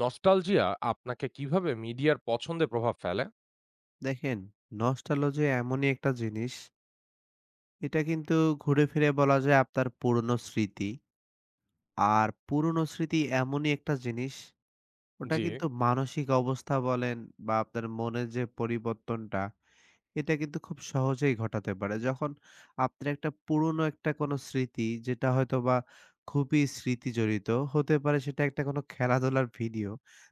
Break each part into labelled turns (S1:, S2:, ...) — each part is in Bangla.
S1: নস্টালজিয়া আপনাকে কিভাবে মিডিয়ার পছন্দে প্রভাব ফেলে?
S2: দেখেন, নস্টালজি এমনই একটা জিনিস, এটা কিন্তু ঘুরে ফিরে বলা যায় আপনার পুরনো স্মৃতি। আর পুরনো স্মৃতি এমনই একটা জিনিস, ওটা
S1: জি।
S2: কিন্তু মানসিক অবস্থা বলেন বা আপনার মনের যে পরিবর্তনটা এটা কিন্তু খুব সহজেই ঘটাতে পারে। যখন আপনার একটা পুরনো একটা কোনো স্মৃতি যেটা হয়তোবা খুবই স্মৃতি জড়িত হতে পারে সেটা একটা কোনো খেলাধুলার ভিডিও।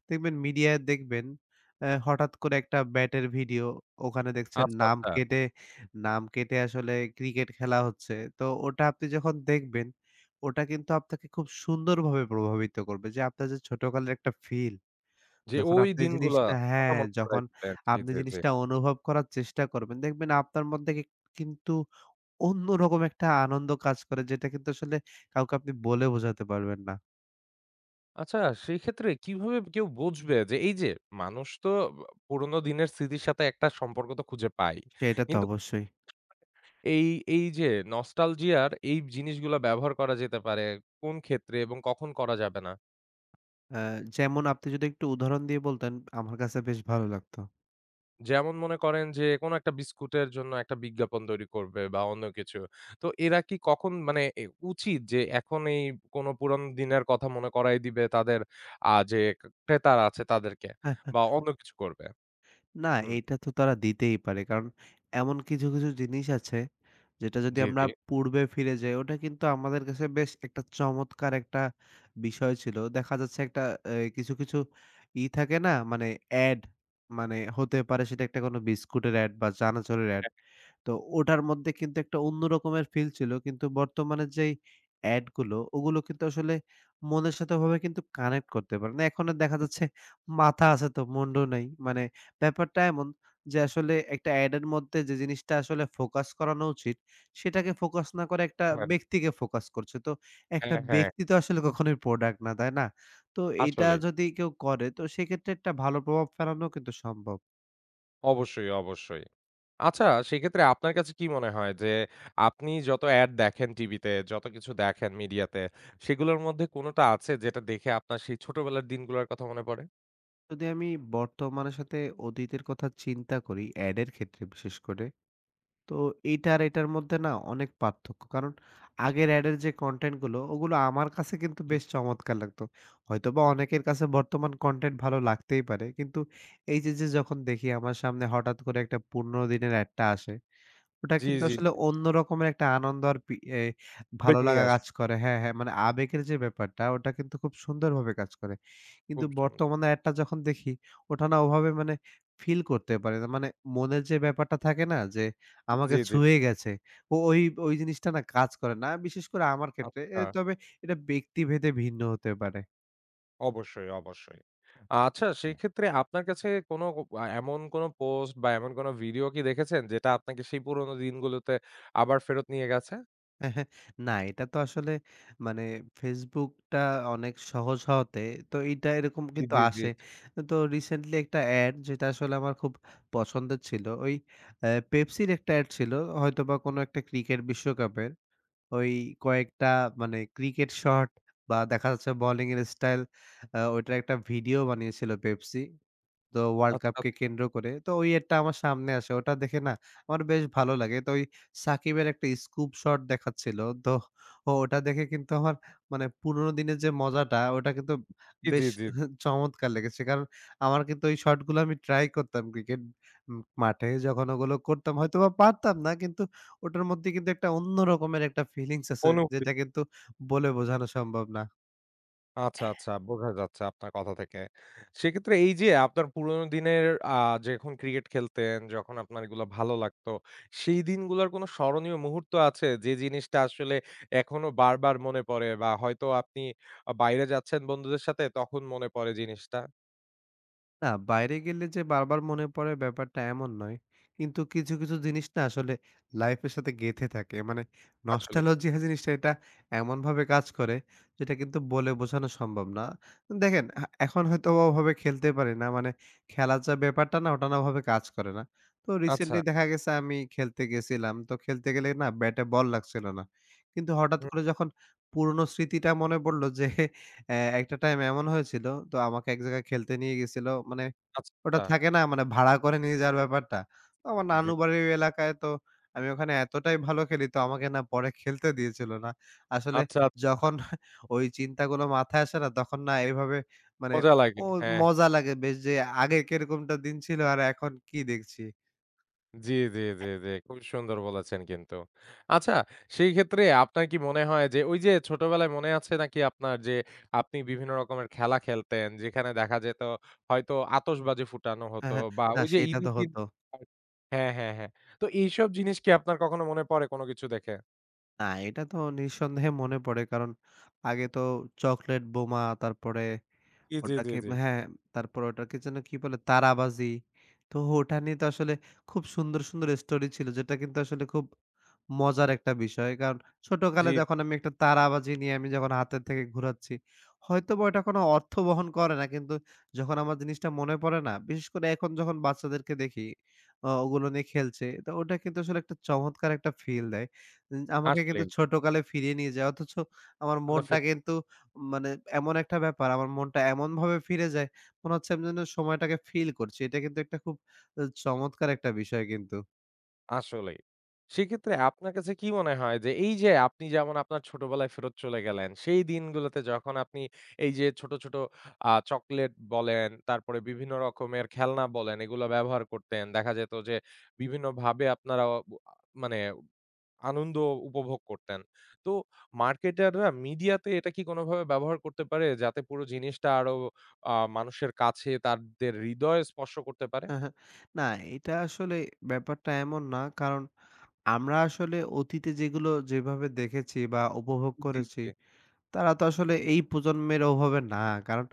S2: দেখবেন মিডিয়ায় দেখবেন হঠাৎ করে একটা ব্যাটের ভিডিও ওখানে দেখছেন
S1: আচ্ছা,
S2: নাম
S1: আচ্ছা।
S2: কেটে নাম কেটে আসলে ক্রিকেট খেলা হচ্ছে। তো ওটা আপনি যখন দেখবেন ওটা কিন্তু আপনাকে খুব সুন্দরভাবে প্রভাবিত করবে যে আপনার যে ছোটকালের একটা ফিল
S1: যে
S2: যখন
S1: ওই
S2: আপনি
S1: দিনগুলা
S2: জিনিসটা
S1: কথা
S2: হ্যাঁ,
S1: মনে করায়
S2: যখন
S1: দিবে। জি,
S2: আপনি
S1: জি, জি।
S2: জিনিসটা অনুভব করার চেষ্টা করবেন, দেখবেন আপনার মধ্যে কি কিন্তু অন্যরকম একটা আনন্দ কাজ করে যেটা কিন্তু আসলে কাউকে আপনি বলে বোঝাতে পারবেন না।
S1: আচ্ছা সেক্ষেত্রে কিভাবে কেউ বুঝবে যে এই যে মানুষ তো ব পুরনো দিনের স্মৃতির সাথে একটা সম্পর্ক তো খুঁজে পায়।
S2: সেটা তো
S1: কিন্তু
S2: অবশ্যই।
S1: এই, এই যে নস্টালজিয়ার এই জিনিসগুলা ব্যবহার করা যেতে পারে কোন ক্ষেত্রে এবং কখন করা যাবে না?
S2: আ যেমন আপনি যদি একটু উদাহরণ দিয়ে বলতেন, আমার কাছে বেশ ভালো লাগতো।
S1: যেমন মনে করেন যে কোনো একটা বিস্কুটের জন্য একটা বিজ্ঞাপন তৈরি করবে বা অন্য কিছু। তো এরা কি কখন মানে উচিত যে এখন এই কোনো পুরানো দিনের কথা মনে করায় দিবে তাদের যে ক্রেতারা আছে তাদেরকে বা অন্য কিছু করবে?
S2: না,
S1: হুম,
S2: এইটা তো তারা দিতেই পারে। কারণ এমন কিছু, কিছু জিনিস আছে যেটা যদি
S1: জি,
S2: আমরা
S1: জি।
S2: পূর্বে ফিরে যাই, ওটা কিন্তু আমাদের কাছে বেশ একটা চমৎকার একটা বিষয় ছিল। দেখা যাচ্ছে একটা কিছু, কিছু ই থাকে না? মানে এড মানে হতে পারে সেটা একটা কোনো বিস্কুটের এড বা চানাচুরের এড। তো ওটার মধ্যে কিন্তু একটা অন্য রকমের ফিল ছিল। কিন্তু বর্তমানে যেই এড গুলো, ওগুলো কিন্তু আসলে মনের সাথে ওভাবে কিন্তু কানেক্ট করতে পারে না। এখন আর দেখা যাচ্ছে মাথা আছে তো মুন্ডু নাই। মানে ব্যাপারটা এমন যে আসলে একটা এড এর মধ্যে যে জিনিসটা আসলে ফোকাস করানো উচিত সেটাকে ফোকাস না করে একটা
S1: হয় না।
S2: ব্যক্তিকে ফোকাস করছে। তো একটা
S1: হ্যাঁ, হ্যাঁ,
S2: ব্যক্তি তো আসলে কখনোই প্রোডাক্ট না, তাই না? তো এইটা
S1: আসলেই।
S2: যদি কেউ করে তো সেক্ষেত্রে একটা ভালো প্রভাব ফেলানো কিন্তু সম্ভব।
S1: অবশ্যই, অবশ্যই। আচ্ছা সেক্ষেত্রে আপনার কাছে কি মনে হয় যে আপনি যত এড দেখেন টিভিতে, যত কিছু দেখেন মিডিয়াতে সেগুলোর মধ্যে কোনোটা আছে যেটা দেখে আপনার সেই ছোটবেলার দিনগুলোর কথা মনে পড়ে?
S2: যদি আমি বর্তমানের সাথে অতীতের কথা চিন্তা করি এডের ক্ষেত্রে বিশেষ করে, তো এইটা আর এটার মধ্যে না অনেক পার্থক্য। কারণ আগের এডের যে কনটেন্ট গুলো ওগুলো আমার কাছে কিন্তু বেশ চমৎকার লাগতো। হয়তোবা অনেকের কাছে বর্তমান কনটেন্ট ভালো লাগতেই পারে। কিন্তু এই যে যখন দেখি আমার সামনে হঠাৎ করে একটা ১৫ দিনের এডটা আসে ওটা
S1: জি,
S2: কিন্তু
S1: জি।
S2: আসলে অন্য রকমের একটা আনন্দ আর পি এ
S1: আবেগ
S2: ভালো
S1: নিয়ে
S2: লাগা
S1: আসে।
S2: কাজ করে। হ্যাঁ, হ্যাঁ, মানে আবেগের যে ব্যাপারটা ওটা কিন্তু খুব সুন্দরভাবে কাজ করে। কিন্তু
S1: খুব সুন্দর।
S2: বর্তমানে অ্যাডটা যখন দেখি ওটা না ওভাবে মানে ফিল করতে পারি না। মানে মনের যে ব্যাপারটা থাকে না যে আমাকে
S1: জি, জি।
S2: ছুঁয়ে গেছে। ও ওই, ওই জিনিসটা না কাজ করে না। বিশেষ করে আমার ক্ষেত্রে।
S1: আচ্ছা,
S2: তবে এটা ব্যক্তিভেদে ভিন্ন হতে পারে।
S1: অবশ্যই, অবশ্যই। আচ্ছা সেক্ষেত্রে আপনার কাছে কোনো এমন কোনো পোস্ট বা এমন কোনো ভিডিও কি দেখেছেন যেটা আপনাকে সেই পুরনো দিনগুলোতে আবার ফেরত নিয়ে গেছে?
S2: না, এটা তো আসলে মানে ফেসবুকটা অনেক সহজ হওয়াতে তো এইটা এরকম
S1: জি,
S2: কিন্তু
S1: জি, জি।
S2: আসে। তো রিসেন্টলি একটা অ্যাড যেটা আসলে আমার খুব পছন্দের ছিল। ওই আ পেপসির একটা অ্যাড ছিল। হয়তোবা কোনো একটা ক্রিকেট বিশ্বকাপের ওই কয়েকটা মানে ক্রিকেট শট বা দেখা যাচ্ছে বোলিং এর স্টাইল ওইটার একটা ভিডিও বানিয়েছিল পেপসি। তো ওয়ার্ল্ড
S1: আচ্ছা,
S2: কাপকে কেন্দ্র করে। তো ওই এডটা আমার সামনে আসে। ওটা দেখে না আমার বেশ ভালো লাগে। তো ওই সাকিবের একটা স্কুপ শট দেখাচ্ছিল। তো ওটা দেখে কিন্তু আমার মানে পুরোনো দিনের যে মজাটা ওটা কিন্তু
S1: জি, জি,
S2: বেশ
S1: জি।
S2: চমৎকার লেগেছে। কারণ আমার কিন্তু ওই শটগুলো আমি ট্রাই করতাম ক্রিকেট মাঠে যখন ওগুলো করতাম হয়তোবা পারতাম না কিন্তু ওটার মধ্যে কিন্তু একটা অন্য রকমের একটা ফিলিংস আছে
S1: অনুভূতি।
S2: যেটা কিন্তু বলে বোঝানো সম্ভব না।
S1: আচ্ছা, আচ্ছা বোঝা যাচ্ছে আপনার কথা থেকে। সেক্ষেত্রে এই যে আপনার পুরোনো দিনের আ যখন ক্রিকেট খেলতেন, যখন আপনার এগুলা ভালো লাগতো, সেই দিনগুলার কোনো স্মরণীয় মুহূর্ত আছে? যে জিনিসটা আসলে এখনো বারবার মনে পড়ে বা হয়তো আপনি বাইরে যাচ্ছেন বন্ধুদের সাথে তখন মনে পড়ে জিনিসটা?
S2: না, বাইরে গেলে যে বারবার মনে পড়ে ব্যাপারটা এমন নয়। কিন্তু কিছু, কিছু জিনিস না আসলে লাইফের সাথে গেঁথে থাকে। মানে
S1: আসলেই।
S2: নস্টালজিয়া জিনিসটা এটা এমনভাবে কাজ করে যেটা কিন্তু বলে বোঝানো সম্ভব না। দেখেন এখন হয়তো ওভাবে খেলতে পারি না। মানে খেলার যা ব্যাপারটা না ওটা না ওভাবে কাজ করে না। তো
S1: আচ্ছা।
S2: রিসেন্টলি দেখা গেছে আমি খেলতে গেছিলাম। তো খেলতে গেলে না ব্যাটে বল লাগছিল না। কিন্তু হঠাৎ
S1: হুম,
S2: করে যখন পুরনো স্মৃতিটা মনে পড়ল যে হ্যাঁ, একটা টাইম এমন হয়েছিল তো আমাকে এক জায়গায় খেলতে নিয়ে গেছিল। মানে
S1: আচ্ছা।
S2: ওটা
S1: আচ্ছা।
S2: থাকে না মানে ভাড়া করে নিয়ে যাওয়ার ব্যাপারটা। তো আমার
S1: জি, জি।
S2: নানু বাড়ির ওই এলাকায় তো আমি ওখানে এতটাই ভালো খেলি তো আমাকে না পরে খেলতে দিয়েছিল না। আসলে
S1: আচ্ছা, আচ্ছা।
S2: যখন ওই চিন্তাগুলো মাথায় আসে না তখন না এভাবে মানে
S1: মজা লাগে।
S2: ও
S1: হ্যাঁ।
S2: মজা লাগে বেশ যে আগে কিরকমটা দিন ছিল আর এখন কি দেখছি।
S1: জি, জি, জি, জি। খুবই সুন্দর বলেছেন কিন্তু। আচ্ছা সেই ক্ষেত্রে আপনার কি মনে হয় যে ওই যে ছোটবেলায় মনে আছে নাকি আপনার যে আপনি বিভিন্ন রকমের খেলা খেলতেন যেখানে দেখা যেত হয়তো আতশবাজি ফুটানো
S2: হ্যাঁ,
S1: হতো
S2: হ্যাঁ।
S1: বা
S2: না
S1: ওই যে
S2: সেটা
S1: ঈদের
S2: তো
S1: দিন
S2: হতো।
S1: হ্যাঁ, হ্যাঁ, হ্যাঁ। হ্যাঁ। তো এইসব জিনিস কি আপনার কখনো মনে পড়ে কোনো কিছু দেখে?
S2: না এটা তো নিঃসন্দেহে মনে পড়ে কারণ আগে তো চকলেট বোমা তারপরে
S1: জি, জি, জি,
S2: ওটাকে
S1: জি।
S2: হ্যাঁ, তারপরে ওটাকে যেন কি বলে? তারাবাজি। তো ওটা নিয়ে তো আসলে খুব সুন্দর, সুন্দর স্টোরি ছিল যেটা কিন্তু আসলে খুব মজার একটা বিষয়। কারণ
S1: জি,
S2: ছোটকালে যখন আমি একটা তারাবাজি নিয়ে আমি যখন হাতের থেকে ঘুরাচ্ছি, হয়তোবা ওটা কোনো অর্থ বহন করে না। কিন্তু যখন আমার জিনিসটা মনে পড়ে না, বিশেষ করে এখন যখন বাচ্চাদেরকে দেখি ওগুলো নিয়ে খেলছে, তো ওটা কিন্তু আসলে একটা চমৎকার একটা ফিল দেয়। আমাকে কিন্তু
S1: আসলেই।
S2: ছোটকালে ফিরিয়ে নিয়ে যায়। অথচ আমার মনটা কিন্তু মানে এমন একটা ব্যাপার আমার মনটা এমনভাবে ফিরে যায়, মনে হচ্ছে আমি যেন সময়টাকে ফিল করছি। এটা কিন্তু একটা খুব চমৎকার একটা বিষয় কিন্তু।
S1: আসলেই। সেক্ষেত্রে আপনার কাছে কি মনে হয় যে এই যে আপনি যেমন আপনার ছোটবেলায় ফেরত চলে গেলেন, সেই দিনগুলোতে যখন আপনি এই যে ছোট, ছোট চকোলেট বলেন, তারপরে বিভিন্ন রকমের খেলনা বলেন, এগুলো ব্যবহার করতেন। দেখা যেত যে বিভিন্নভাবে আপনারা অ আ মানে আনন্দ উপভোগ করতেন। তো মার্কেটাররা মিডিয়াতে এটা কি কোনোভাবে ব্যবহার করতে পারে যাতে পুরো জিনিসটা আরো মানুষের কাছে তাদের হৃদয়ে স্পর্শ করতে পারে?
S2: না এটা আসলে ব্যাপারটা এমন না। কারণ আমরা আসলে অতীতে যেগুলো যেভাবে দেখেছি বা উপভোগ
S1: জি,
S2: করেছি
S1: জি।
S2: তারা তো আসলে এই প্রজন্মের ওভাবে না। কারণ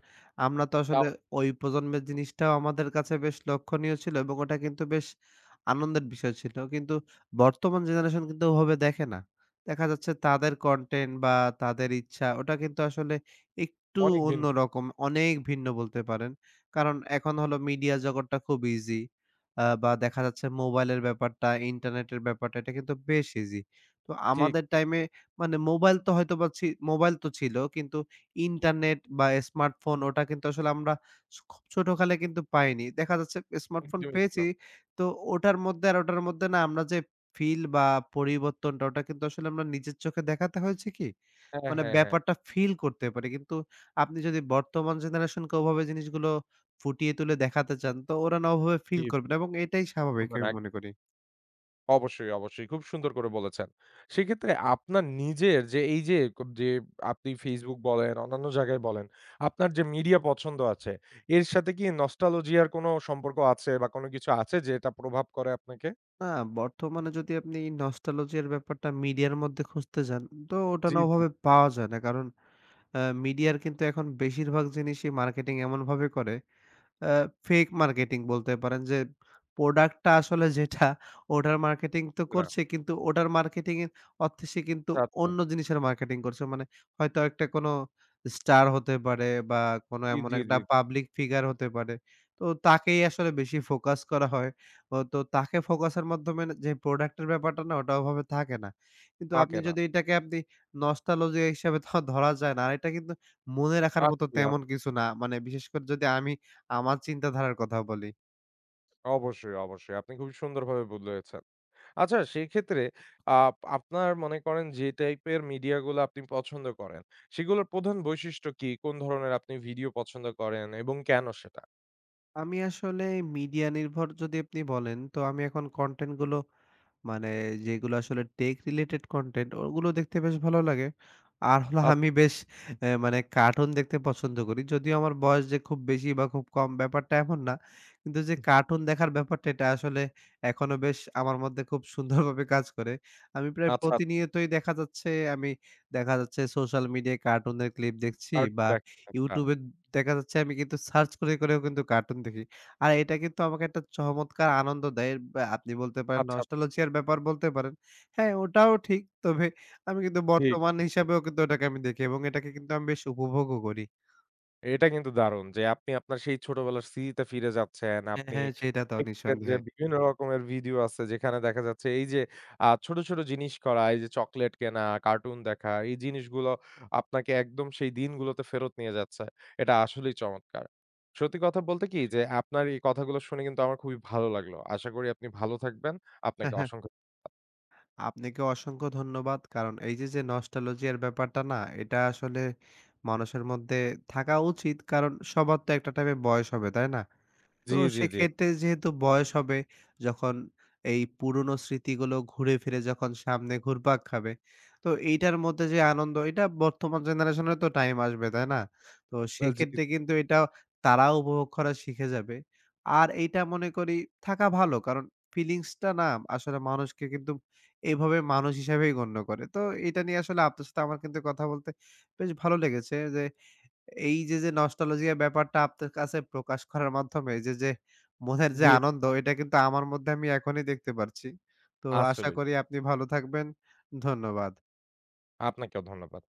S2: আমরা তো
S1: তাও
S2: আসলে ওই প্রজন্মের জিনিসটাও আমাদের কাছে বেশ লক্ষণীয় ছিল এবং ওটা কিন্তু বেশ আনন্দের বিষয় ছিল। কিন্তু বর্তমান জেনারেশন কিন্তু ওভাবে দেখে না। দেখা যাচ্ছে তাদের কনটেন্ট বা তাদের ইচ্ছা ওটা কিন্তু আসলে একটু
S1: অনেক ভিন্ন
S2: অন্যরকম, অনেক ভিন্ন বলতে পারেন। কারণ এখন হলো মিডিয়া জগৎটা খুব ইজি। বা দেখা যাচ্ছে মোবাইলের ব্যাপারটা, ইন্টারনেটের ব্যাপারটা এটা কিন্তু বেশ ইজি। তো
S1: ঠিক।
S2: আমাদের টাইমে মানে মোবাইল তো হয়তোবা মোবাইল তো ছিল কিন্তু ইন্টারনেট বা স্মার্টফোন ওটা কিন্তু আসলে আমরা খুব ছোটকালে কিন্তু পাইনি। দেখা যাচ্ছে স্মার্টফোন
S1: একদমই ছিল। না।
S2: পেয়েছি তো ওটার মধ্যে আর ওটার মধ্যে না আমরা যে ফিল বা পরিবর্তনটা ওটা কিন্তু আসলে আমরা নিজের চোখে দেখাতে হয়েছে কি?
S1: হ্যাঁ,
S2: মানে
S1: হ্যাঁ, হ্যাঁ।
S2: ব্যাপারটা ফিল করতে পারি। কিন্তু আপনি যদি বর্তমান জেনারেশনকে ওভাবে জিনিসগুলো ফুটিয়ে তুলে দেখাতে চান তো ওরা না ওভাবে
S1: জি,
S2: ফিল করবে না এবং এটাই স্বাভাবিক
S1: মানে
S2: আমি
S1: এক
S2: মনে করি।
S1: অবশ্যই, অবশ্যই। খুব সুন্দর করে বলেছেন। সেক্ষেত্রে আপনার নিজের যে এই যে, যে আপনি Facebook বলেন, অন্যান্য জায়গায় বলেন, আপনার যে মিডিয়া পছন্দ আছে, এর সাথে কি নস্টালজিয়া র কোনো সম্পর্ক আছে বা কোনো কিছু আছে যেটা প্রভাব করে আপনাকে?
S2: না, বর্তমানে যদি আপনি নস্টালজি এর ব্যাপারটা মিডিয়ার মধ্যে খুঁজতে যান, তো ওটা
S1: জি,
S2: না
S1: জি।
S2: ওভাবে পাওয়া যায় না। কারণ মিডিয়ার কিন্তু এখন বেশিরভাগ জিনিসই মার্কেটিং এমনভাবে করে আ ফেক মার্কেটিং বলতে পারেন যে, প্রোডাক্টটা আসলে যেটা ওটার মার্কেটিং তো
S1: না।
S2: করছে কিন্তু ওটার মার্কেটিং এর অর্থে সে কিন্তু
S1: আচ্ছা।
S2: অন্য জিনিসের মার্কেটিং করছে। মানে হয়তো একটা কোনো স্টার হতে পারে বা কোনো
S1: জি,
S2: এমন
S1: জি,
S2: একটা
S1: জি।
S2: পাবলিক ফিগার হতে পারে। তো তাকেই আসলে বেশি ফোকাস করা হয়। ও তো তাকে ফোকাসের মাধ্যমে না- যে প্রোডাক্টের ব্যাপারটা না ওটা ওভাবে থাকে না। কিন্তু আপনি
S1: থাকে না।
S2: যদি এটাকে আপনি নস্টালজি হিসেবে ধরা যায় না। আর এটা কিন্তু মনে রাখার মতো
S1: আসছি,
S2: তেমন
S1: আসছি।
S2: কিছু না। মানে বিশেষ করে যদি আমি আমার চিন্তাধারার কথা বলি।
S1: অবশ্যই, অবশ্যই। আপনি খুবই সুন্দরভাবে বলেছেন। আচ্ছা সেক্ষেত্রে আ আপনার মনে করেন যে টাইপের মিডিয়া গুলো আপনি পছন্দ করেন, সেগুলোর প্রধান বৈশিষ্ট্য কি? কোন ধরনের আপনি ভিডিও পছন্দ করেন এবং কেন সেটা?
S2: আমি আসলে মিডিয়া নির্ভর যদি আপনি বলেন, তো আমি এখন কনটেন্ট গুলো মানে যেগুলো আসলে টেক রিলেটেড কনটেন্ট ওগুলো দেখতে বেশ ভালো লাগে। আর হলো
S1: আ
S2: আমি বেশ মানে কার্টুন দেখতে পছন্দ করি। যদিও আমার বয়স যে খুব বেশি বা খুব কম ব্যাপারটা এমন না। কিন্তু যে কার্টুন দেখার ব্যাপারটা এটা আসলে এখনো বেশ আমার মধ্যে খুব সুন্দরভাবে কাজ করে। আমি প্রায়
S1: আচ্ছা, আচ্ছা।
S2: প্রতিনিয়তই দেখা যাচ্ছে আমি দেখা যাচ্ছে সোশ্যাল মিডিয়ায় কার্টুনের ক্লিপ দেখছি
S1: art
S2: বা
S1: back-
S2: YouTube এ দেখা যাচ্ছে আমি কিন্তু সার্চ করে, করেও কিন্তু কার্টুন দেখি। আর এটা কিন্তু আমাকে একটা চমৎকার আনন্দ দেয়। বা আপনি বলতে পারেন
S1: আচ্ছা,
S2: নস্টালজিয়া র ব্যাপার বলতে পারেন। হ্যাঁ, ওটাও ঠিক। তবে আমি কিন্তু
S1: ঠিক,
S2: বর্তমান
S1: ঠিক।
S2: হিসাবেও কিন্তু ওটাকে আমি দেখি এবং এটাকে কিন্তু আমি বেশ উপভোগও করি।
S1: এটা কিন্তু দারুণ যে আপনি আপনার সেই ছোটবেলার স্মৃতিতে ফিরে যাচ্ছেন।
S2: হ্যাঁ,
S1: আপনি
S2: হ্যাঁ, সেটা তো
S1: দেখবেন যে
S2: নিঃসন্দেহে।
S1: বিভিন্ন রকমের ভিডিও আছে যেখানে দেখা যাচ্ছে এই যে ছোট, ছোট জিনিস করা, এই যে চকোলেট কেনা, কার্টুন দেখা, এই জিনিসগুলো আপনাকে একদম সেই দিনগুলোতে ফেরত নিয়ে যাচ্ছে। এটা আসলেই চমৎকার। সত্যি কথা বলতে কি যে আপনার এই কথাগুলো শুনে কিন্তু আমার খুবই ভালো লাগলো। আশা করি আপনি ভালো থাকবেন। আপনাকে
S2: হ্যাঁ, হ্যাঁ।
S1: অসংখ্য
S2: আপনাকে অসংখ্য ধন্যবাদ। কারণ এই যে নস্টালজিয়া র ব্যাপারটা না এটা আসলে মানুষের মধ্যে থাকা উচিত। কারণ সবার তো একটা টাইমে বয়স হবে, তাই না? তো
S1: জি, জি, জি,
S2: সেক্ষেত্রে যেহেতু বয়স হবে, যখন এই পুরনো স্মৃতিগুলো ঘুরে ফিরে যখন সামনে ঘুরপাক খাবে, তো এইটার মধ্যে যে আনন্দ এটা বর্তমান জেনারেশনের তো টাইম আসবে, তাই না? তো
S1: জি,
S2: সেক্ষেত্রে কিন্তু এটা তারাও উপভোগ করা শিখে যাবে। আর এইটা মনে করি থাকা ভালো। কারণ ফিলিংসটা না আসলে মানুষকে কিন্তু এভাবে মানুষ হিসাবেই গণ্য করে। তো এটা নিয়ে আসলে আপনার সাথে আমার কিন্তু কথা বলতে বেশ ভালো লেগেছে যে এই যে নস্টালজিয়া ব্যাপারটা আপনার কাছে প্রকাশ করার মাধ্যমে যে মনের যে
S1: জি,
S2: আনন্দ এটা কিন্তু আমার মধ্যে আমি এখনই দেখতে পারছি। তো আশা
S1: আসলেই।
S2: করি আপনি ভালো থাকবেন। ধন্যবাদ।
S1: আপনাকেও ধন্যবাদ।